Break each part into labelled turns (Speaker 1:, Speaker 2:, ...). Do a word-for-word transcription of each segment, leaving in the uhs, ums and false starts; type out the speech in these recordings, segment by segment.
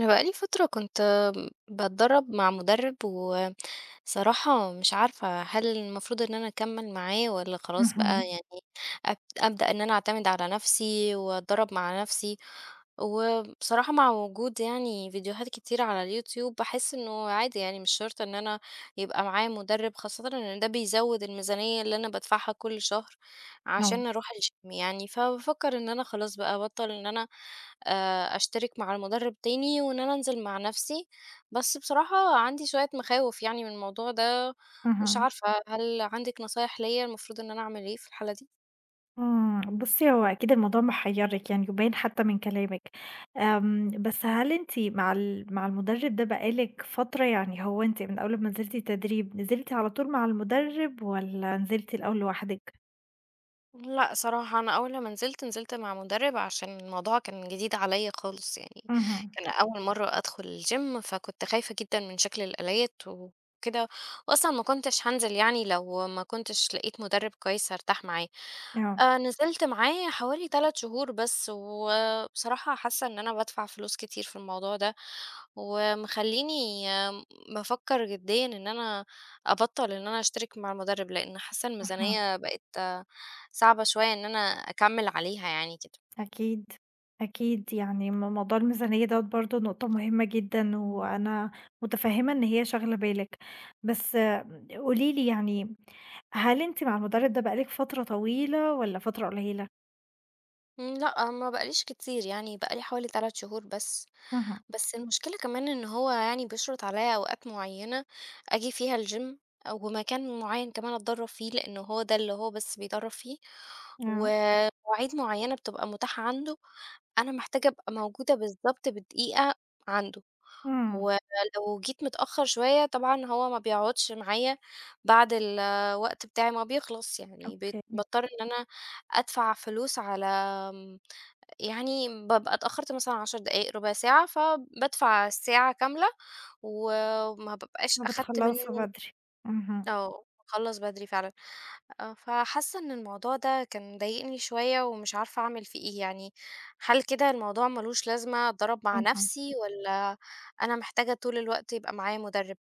Speaker 1: أنا بقى لي فترة كنت باتدرّب مع مُدرِّب، وصراحة مش عارفة هل المفروض إن أنا أكمّل معاه والّا خلاص بقى،
Speaker 2: اهم.
Speaker 1: يعني أب أبدأ إن أنا أعتمد على نَفْسي وأتدرّب مع نَفْسي. وبصراحة مع وجود يعني فيديوهات كتير على الYouTube، باحس إنه عادي يعني مش شرط إن أنا يبقى معايا مُدرِّب، خاصةً إن ده بيزوّد الميزانية اللي أنا بادفعها كل شهر
Speaker 2: آه.
Speaker 1: عشان أروح الgym يعني. فبافكّر إن أنا خلاص بقى أبطّل إن أنا آآ أشترك مع المُدرّب تاني، وإن أنا أنزل مع نَفْسي. بس بصراحة عندي شوية مخاوف يعني من الموضوع ده، مش
Speaker 2: اهم.
Speaker 1: عارفة هل عندِك نصايح ليّا المفروض إن أنا أعمل إيه في الحالة دي؟
Speaker 2: إمم، بُصّي هو أكيد الموضوع محيّرِك يعني يبان حتى من كلامِك. آمم، بس هل أنتِ مع ال مع المُدرب ده بقى لِك فترة؟ يعني هو أنتِ من أول ما نزلتِ تدريب نزلتِ على طول مع المُدرب والّا نزلتِ الأول لوحدِك؟
Speaker 1: لأ صراحة، أنا أول لمّا نزلت، نزلت مع مُدرِّب عشان الموضوع كان جديد عليّا خالص يعني.
Speaker 2: اهم.
Speaker 1: كان أول مرّة أدخل الgym، فكنت خايفة جدًا من شكل الآلات وكده، وأصلًا ما كنتش هانزل يعني لو ما كنتش لقيت مُدرِّب كويس هارتاح معاه.
Speaker 2: آه.
Speaker 1: آآ نزلت معاه حوالي ثلاث شهور بس، وبصراحة حاسة إن أنا بادفع فلوس كتير في الموضوع ده، ومخلّيني آمم بافكّر جديًا إن أنا أبطّل إن أنا أشترك مع المُدرِّب، لإن حاسة
Speaker 2: اهم.
Speaker 1: الميزانية بقت صعبة شوية إن أنا أكمّل عليها يعني كده.
Speaker 2: أكيد، أكيد، يعني م موضوع الميزانية دوّة برضه نقطة مهمة جدًا، وأنا متفهمة إن هي شاغلة بالِك، بس قولي لي يعني هل أنتِ مع المدرب ده بقى لِك فترة طويلة والّا فترة قليلة؟
Speaker 1: إمم، لأ، ما بقاليش كتير، يعني بقى لي حوالي ثلاث شهور بس.
Speaker 2: اهم.
Speaker 1: بس المشكلة كمان إن هو يعني بيشرط عليّا أوقات معيّنة آجي فيها الgym، ومكان معيّن كمان أتدرّب فيه، لإنه هو ده اللي هو بس بيدرّب فيه،
Speaker 2: آه.
Speaker 1: ومواعيد معيّنة بتبقى متاحة عنده. أنا محتاجة أبقى موجودة بالضبط بالدقيقة عنده.
Speaker 2: إمم،
Speaker 1: ولو جيت متأخر شوية طبعًا هو ما بيقعدش معايا بعد الوقت بتاعي ما بيخلص، يعني بت
Speaker 2: أوكي،
Speaker 1: باضطر إن أنا أدفع فلوس على آمم، يعني بابقى اتأخرت مثلًا عشر دقايق، ربع ساعة، فبادفع الساعة كاملة، وما بابقاش أخدت
Speaker 2: فبتخلّصوا
Speaker 1: منه.
Speaker 2: بدري. اهم.
Speaker 1: آه، باخلّص بدري فعلًا. آه، فحاسة إن الموضوع ده كان مضايقني شوية ومش عارفة أعمل فيه إيه، يعني هل كده الموضوع ما لوش لازمة أتدرّب مع
Speaker 2: اهم.
Speaker 1: نَفْسي والّا أنا محتاجة طول الوقت يبقى معايا مُدرِّب؟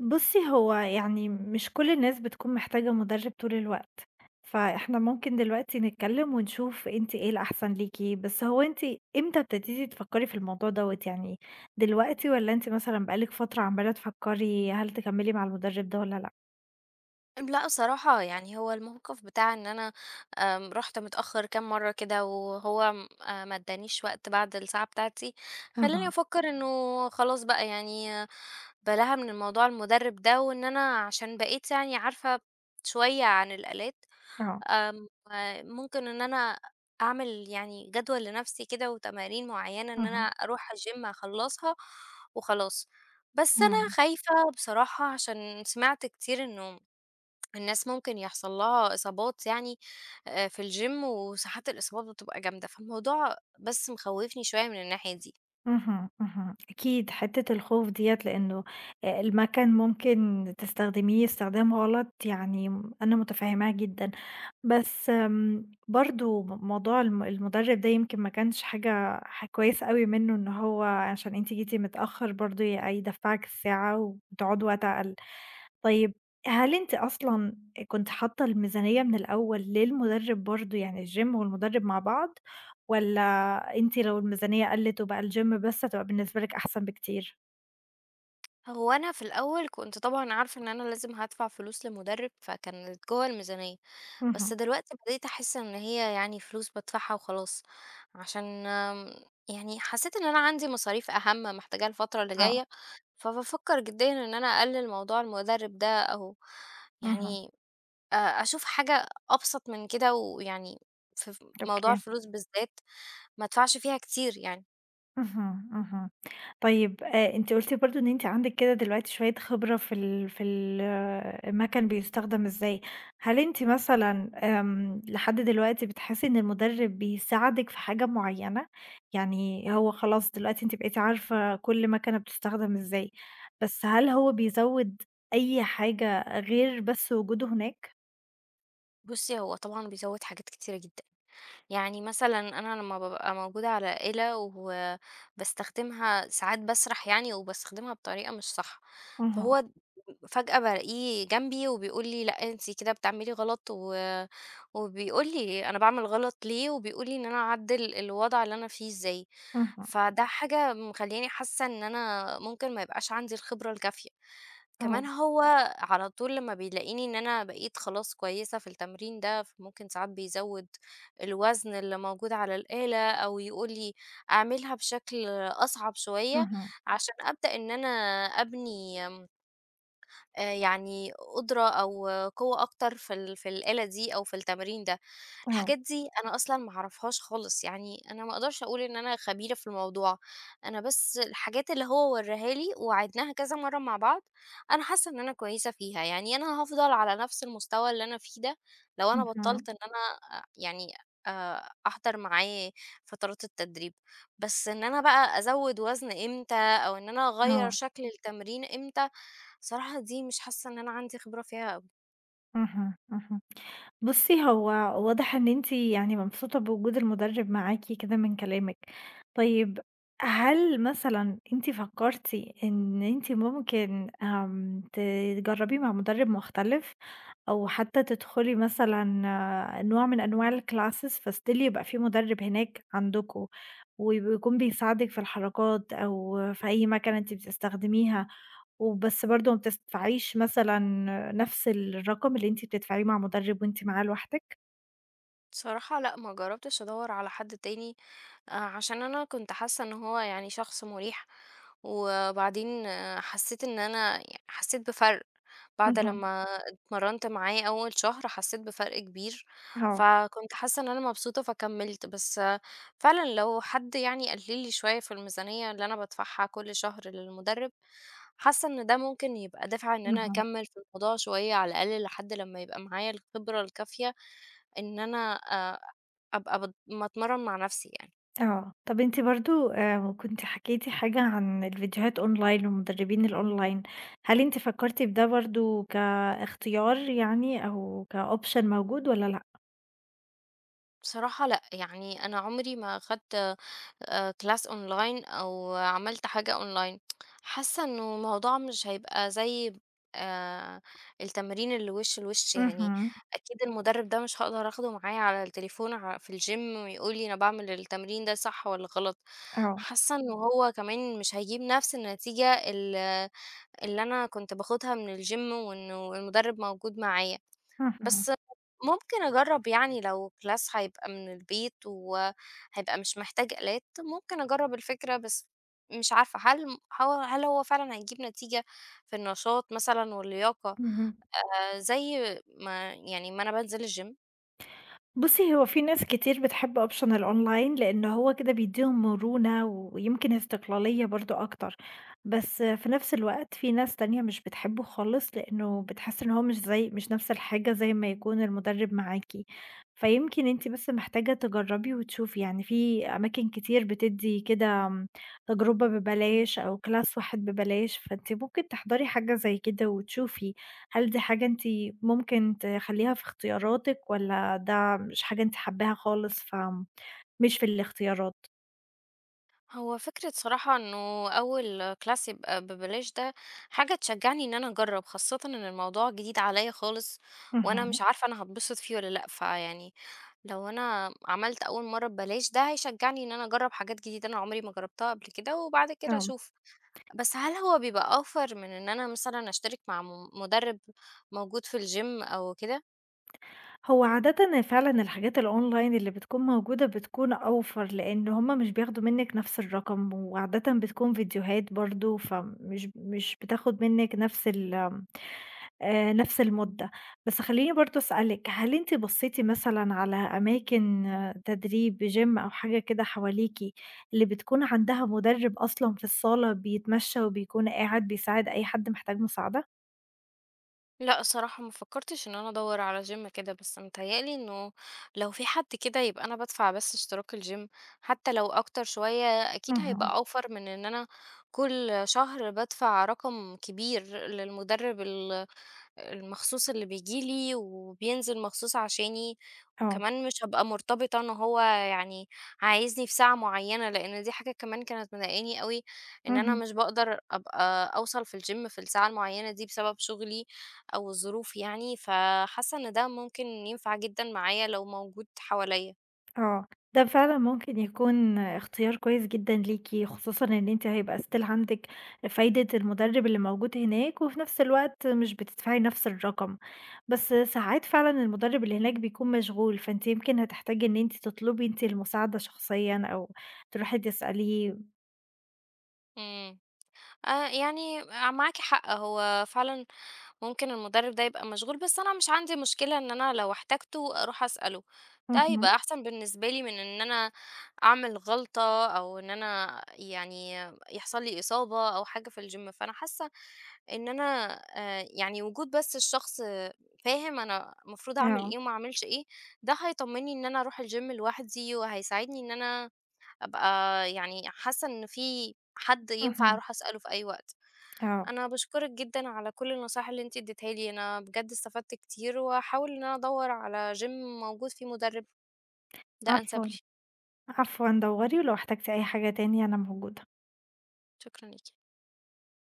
Speaker 2: بُصّي، هو يعني مش كل الناس بتكون محتاجة مُدرِّب طول الوقت، فإحنا ممكن دلوقتي نتكلّم ونشوف أنتِ إيه الأحسن ليكِ، بس هو أنتِ إمتى ابتديتِ تفكّري في الموضوع دوّة، يعني دلوقتي والّا أنتِ مثلًا بقى لِك فترة عمّالة تفكّري هل تكمّلي مع المُدرِّب ده والّا لأ؟
Speaker 1: لأ صراحة، يعني هو الموقف بتاع إن أنا آمم، رُحت متأخر كام مرّة كده، وهو م آآ، ما ادّانيش وقت بعد الساعة بتاعتي، خلّاني
Speaker 2: اهم.
Speaker 1: أفكّر إنه خلاص بقى، يعني آه، بلاها من الموضوع المُدرِّب ده، وإن أنا عشان بقيت يعني عارفة شوية عن الآلات،
Speaker 2: آه.
Speaker 1: آمم، آه، ممكن إن أنا أعمل يعني جدول لنَفْسي كده وتمارين معيّنة إن أنا
Speaker 2: اهم.
Speaker 1: أروح الgym أخلّصها وخلاص. بس أنا
Speaker 2: إمم.
Speaker 1: خايفة بصراحة عشان سمعت كتير إنه الناس ممكن يحصل لها إصابات، يعني آآ في الgym، وساعات الإصابات بتبقى جامدة، فالموضوع بس مخوّفني شوية من الناحية دي.
Speaker 2: اهم. اهم. أكيد حتّة الخوف ديّة لإنه آآ المَكَن ممكن تستخدميه استخدام غلط يعني م أنا متفهّماها جدًا، بس آمم برضه م موضوع الم المُدرّب ده يمكن ما كانش حاجة ح كويسة أوي منّه إن هو عشان أنتِ جيتِ متأخّر برضه ي يدفّعِك الساعة وتقعدوا وقت أقل. طيب هل أنتِ أصلًا كنتِ حاطة الميزانية من الأول للمُدرِّب برضه، يعني الgym والمُدرِّب مع بعض، والّا أنتِ لو الميزانية قَلِّت وبقى الgym بس هتبقى بالنسبة لِك أحسن بكتير؟
Speaker 1: هو أنا في الأول كنت طبعًا عارفة إن أنا لازم هادفع فلوس لمُدرب، فكانت جوّه الميزانية. بس
Speaker 2: اهم.
Speaker 1: دلوقتي بدأت أحس إن هي يعني فلوس بادفعها وخلاص، عشان آمم يعني حسيت إن أنا عندي مصاريف أهَم محتاجاها الفترة اللي
Speaker 2: آه.
Speaker 1: جاية. فبافكّر جديًا إن أنا أقلِّل موضوع المُدرب ده، أو
Speaker 2: اهم.
Speaker 1: يعني آآ أشوف حاجة أبسط من كده، ويعني في ف موضوع
Speaker 2: أوكي.
Speaker 1: الفلوس بالذات ما أدفعش فيها كتير يعني.
Speaker 2: اهم. اهم. طيب آآ أنتِ قُلتِ برضه إن أنتِ عندِك كده دلوقتي شوية خبرة في ال في ال المَكَن بيستخدم إزاي، هل أنتِ مثلًا آمم لحد دلوقتي بتحسّي إن المُدرِّب بيساعدِك في حاجة معيّنة؟ يعني هو خلاص دلوقتي أنتِ بقيتِ عارفة كل مَكَنة بتستخدم إزاي، بس هل هو بيزوِّد أي حاجة غير بس وجوده هناك؟
Speaker 1: بُصّي، هو طبعًا بيزوّد حاجات كتيرة جدًا. يعني مثلًا أنا لمّا بابقى موجودة على آلة وباستخدمها ساعات، باسرح يعني وباستخدمها بطريقة مش صح،
Speaker 2: اهم.
Speaker 1: فهو فجأة بالاقيه جنبي وبيقول لي: "لأ، أنتِ كده بتعملي غلط." و وبيقول لي أنا باعمل غلط ليه، وبيقول لي إن أنا أعدّل الوضع اللي أنا فيه إزاي.
Speaker 2: اهم.
Speaker 1: فده حاجة مخلّياني حاسة إن أنا ممكن ما يبقاش عندي الخبرة الكافية.
Speaker 2: آه.
Speaker 1: كمان هو على طول لمّا بيلاقيني إن أنا بقيت خلاص كويسة في التمرين ده، فممكن ساعات بيزوّد الوزن اللي موجود على الآلة، أو يقول لي أعملها بشكل أصعب شوية
Speaker 2: اهم.
Speaker 1: عشان أبدأ إن أنا أبني آآ يعني قدرة أو قوة أكتر في ال في الآلة دي أو في التمرين ده.
Speaker 2: آه.
Speaker 1: الحاجات دي أنا أصلًا ما أعرفهاش خالص، يعني أنا ما أقدرش أقول إن أنا خبيرة في الموضوع. أنا بس الحاجات اللي هو وراها لي وعِدناها كذا مرّة مع بعض، أنا حاسة إن أنا كويسة فيها، يعني أنا هافضل على نفس المستوى اللي أنا فيه ده لو أنا
Speaker 2: اهم.
Speaker 1: بطّلت إن أنا أ يعني آآ أحضر معاه فترات التدريب. بس إن أنا بقى أزوّد وزن إمتى أو إن أنا أغيّر
Speaker 2: آه.
Speaker 1: شكل التمرين إمتى، صراحة دي مش حاسة إن أنا عندي خبرة فيها أوي.
Speaker 2: اهم. اهم. بُصّي، هو واضح إن أنتِ يعني مبسوطة بوجود المُدرِّب معاكِ كده من كلامِك. طيب هل مثلًا أنتِ فكّرتِ إن أنتِ ممكن آمم، تجرّبي مع مُدرِّب مختلف؟ أو حتى تدخلي مثلًا آه، نوع من أنواع الclasses فstill يبقى في مدرب هناك عندكم، وبيكون بيساعدِك في الحركات أو في أي مكنة أنتِ بتستخدميها، وبس برضه ما بتدفعيش مثلًا نفس الرقم اللي أنتِ بتدفعيه مع مدرب وأنتِ معاه لوحدِك؟
Speaker 1: بصراحة لأ، ما جرّبتش أدوّر على حد تاني. آآ عشان أنا كنت حاسة إن هو يعني شخص مُريح، وبعدين آه، حسّيت إن أنا ي حسّيت بفرق، بعد
Speaker 2: اهم.
Speaker 1: لمّا اتمرّنت معاه أول شهر حسّيت بفرق كبير،
Speaker 2: آه.
Speaker 1: فكنت حاسة إن أنا مبسوطة فكمّلت. بس آه، فعلًا لو حد يعني قلّل لي شوية في الميزانية اللي أنا بادفعها كل شهر للمُدرّب، حاسة إن ده ممكن يبقى دافع إن أنا
Speaker 2: اهم.
Speaker 1: أكمّل في الموضوع شوية على الأقل لحد لمّا يبقى معايا الخبرة الكافية. إن أنا آآ أبقى بت باتمرّن مع نَفْسي يعني.
Speaker 2: آه، طب أنتِ برضه آآ كنتِ حكيتِ حاجة عن الفيديوهات أونلاين ومدربين الأونلاين، هل أنتِ فكرتِ بده برضه كاختيار يعني أو كoption موجود والّا لأ؟
Speaker 1: بصراحة لأ، يعني أنا عمري ما خدت آآ class online أو عملت حاجة online. حاسّة إنه الموضوع مش هيبقى زي آآ التمرين اللي وِش لوِش يعني.
Speaker 2: اهم.
Speaker 1: أكيد المُدرِّب ده مش هاقدر آخده معايا على التليفون ع في الgym ويقول لي أنا باعمل التمرين ده صح والّا غلط.
Speaker 2: آه.
Speaker 1: حاسّة إنه إمم. هو كمان مش هيجيب نَفْس النتيجة ال اللي أنا كنت باخُدها من الgym وإنه المُدرِّب موجود معايا.
Speaker 2: اهم.
Speaker 1: بس ممكن أجرّب يعني لو class هيبقى من البيت وهيبقى مش محتاج آلات، ممكن أجرّب الفكرة. بس مش عارفة هل هو هل هو فعلًا هيجيب نتيجة في النشاط مثلًا واللياقة
Speaker 2: اهم.
Speaker 1: آآ زي ما يعني ما أنا بانزل الgym؟
Speaker 2: بُصّي، هو في ناس كتير بتحب option الأونلاين، لإن هو كده بيدّيهم مرونة ويمكن استقلالية برضه أكتر، بس في نفس الوقت في ناس تانية مش بتحبه خالص، لإنه بتحس إن هو مش زي مش نفس الحاجة زي ما يكون المُدرب معاكِ، فيمكن أنتِ بس محتاجة تجرّبي وتشوفي، يعني في أماكن كتير بتدّي كده آمم، تجربة ببلاش أو class واحد ببلاش، فأنتِ ممكن تحضري حاجة زي كده وتشوفي، هل دي حاجة أنتِ ممكن تخلّيها في اختياراتِك والّا ده مش حاجة أنتِ حاباها خالص، فمش في الاختيارات.
Speaker 1: هو فكرة صراحة إنه أول class يبقى ببلاش، ده حاجة تشجّعني إن أنا أجرّب، خاصةً إن الموضوع جديد عليّا خالص وأنا مش
Speaker 2: اهم.
Speaker 1: عارفة أنا هاتبسط فيه والّا لأ، فيعني لو أنا عملت أول مرة ببلاش، ده هيشجعني إن أنا أجرب حاجات جديدة أنا عمري ما جربتها قبل كده، وبعد كده
Speaker 2: آه.
Speaker 1: أشوف. بس هل هو بيبقى أوفر من إن أنا مثلا أشترك مع م- مدرب موجود في الجيم أو كده؟
Speaker 2: هو عادةً فعلًا الحاجات الأونلاين اللي بتكون موجودة بتكون أوفر، لإن هم مش بياخدوا منِّك نفس الرقم، وعادةً بتكون فيديوهات برضه، فمش مش بتاخد منِّك نفس ال آآ، نفس المدة. بس خلّيني برضه أسألِك، هل أنتِ بصيتِ مثلًا على أماكن آه، تدريب gym أو حاجة كده حواليكِ، اللي بتكون عندها مدرب أصلًا في الصالة بيتمشى وبيكون قاعد بيساعد أي حد محتاج مساعدة؟
Speaker 1: لا صراحة ما فكرتش إن أنا أدور على جيم كده، بس متهيألي إنه لو في حد كده، يبقى أنا بدفع بس اشتراك الجيم، حتى لو أكتر شوية أكيد هيبقى
Speaker 2: اهم.
Speaker 1: أوفر من إن أنا كل شهر بدفع رقم كبير للمدرب المخصوص اللي بييجي لي وبينزل مخصوص عشاني.
Speaker 2: آه.
Speaker 1: وكمان مش هابقى مرتبطة إن هو يعني عايزني في ساعة معيّنة، لإن دي حاجة كمان كانت مضايقاني أوي، إن أنا
Speaker 2: اهم.
Speaker 1: مش باقدر أبقى أوصل في الgym في الساعة المعيّنة دي بسبب شغلي أو الظروف يعني، فحاسة إن ده ممكن ينفع جدًا معايا لو موجود حواليّا.
Speaker 2: آه، ده فعلًا ممكن يكون اختيار كويس جدًا ليكِ، خصوصًا إن أنتِ هيبقى still عندِك فايدة المُدرب اللي موجود هناك، وفي نفس الوقت مش بتدفعي نفس الرقم، بس ساعات فعلًا المُدرب اللي هناك بيكون مشغول، فأنتِ يمكن هتحتاجي إن أنتِ تطلبي أنتِ المساعدة شخصيًا أو تروحي تسأليه.
Speaker 1: إمم. آآ يعني معاكِ حق، هو فعلًا ممكن المُدرّب ده يبقى مشغول، بس أنا مش عندي مشكلة إن أنا لو احتاجته أروح أسأله، ده
Speaker 2: اهم.
Speaker 1: هيبقى أحسن بالنسبة لي من إن أنا أعمل غلطة، أو إن أنا يعني يحصل لي إصابة أو حاجة في الgym. فأنا حاسة إن أنا آآ يعني وجود بس الشخص فاهم أنا المفروض أعمل
Speaker 2: آه.
Speaker 1: إيه وما أعملش إيه، ده هيطمّني إن أنا أروح الgym لوحدي، وهيساعدني إن أنا أبقى يعني حاسة إن في حد ينفع
Speaker 2: اهم.
Speaker 1: أروح أسأله في أي وقت.
Speaker 2: آه.
Speaker 1: أنا باشكرِك جدًا على كل النصايح اللي أنتِ اديتيها لي، أنا بجد استفدت كتير، وهاحاول إن أنا أدوّر على gym موجود فيه مدرب، ده أنسب لي.
Speaker 2: عفوًا، عفوًا، دوري ولو احتجتِ أي حاجة تاني أنا موجودة.
Speaker 1: شكرًا ليكِ.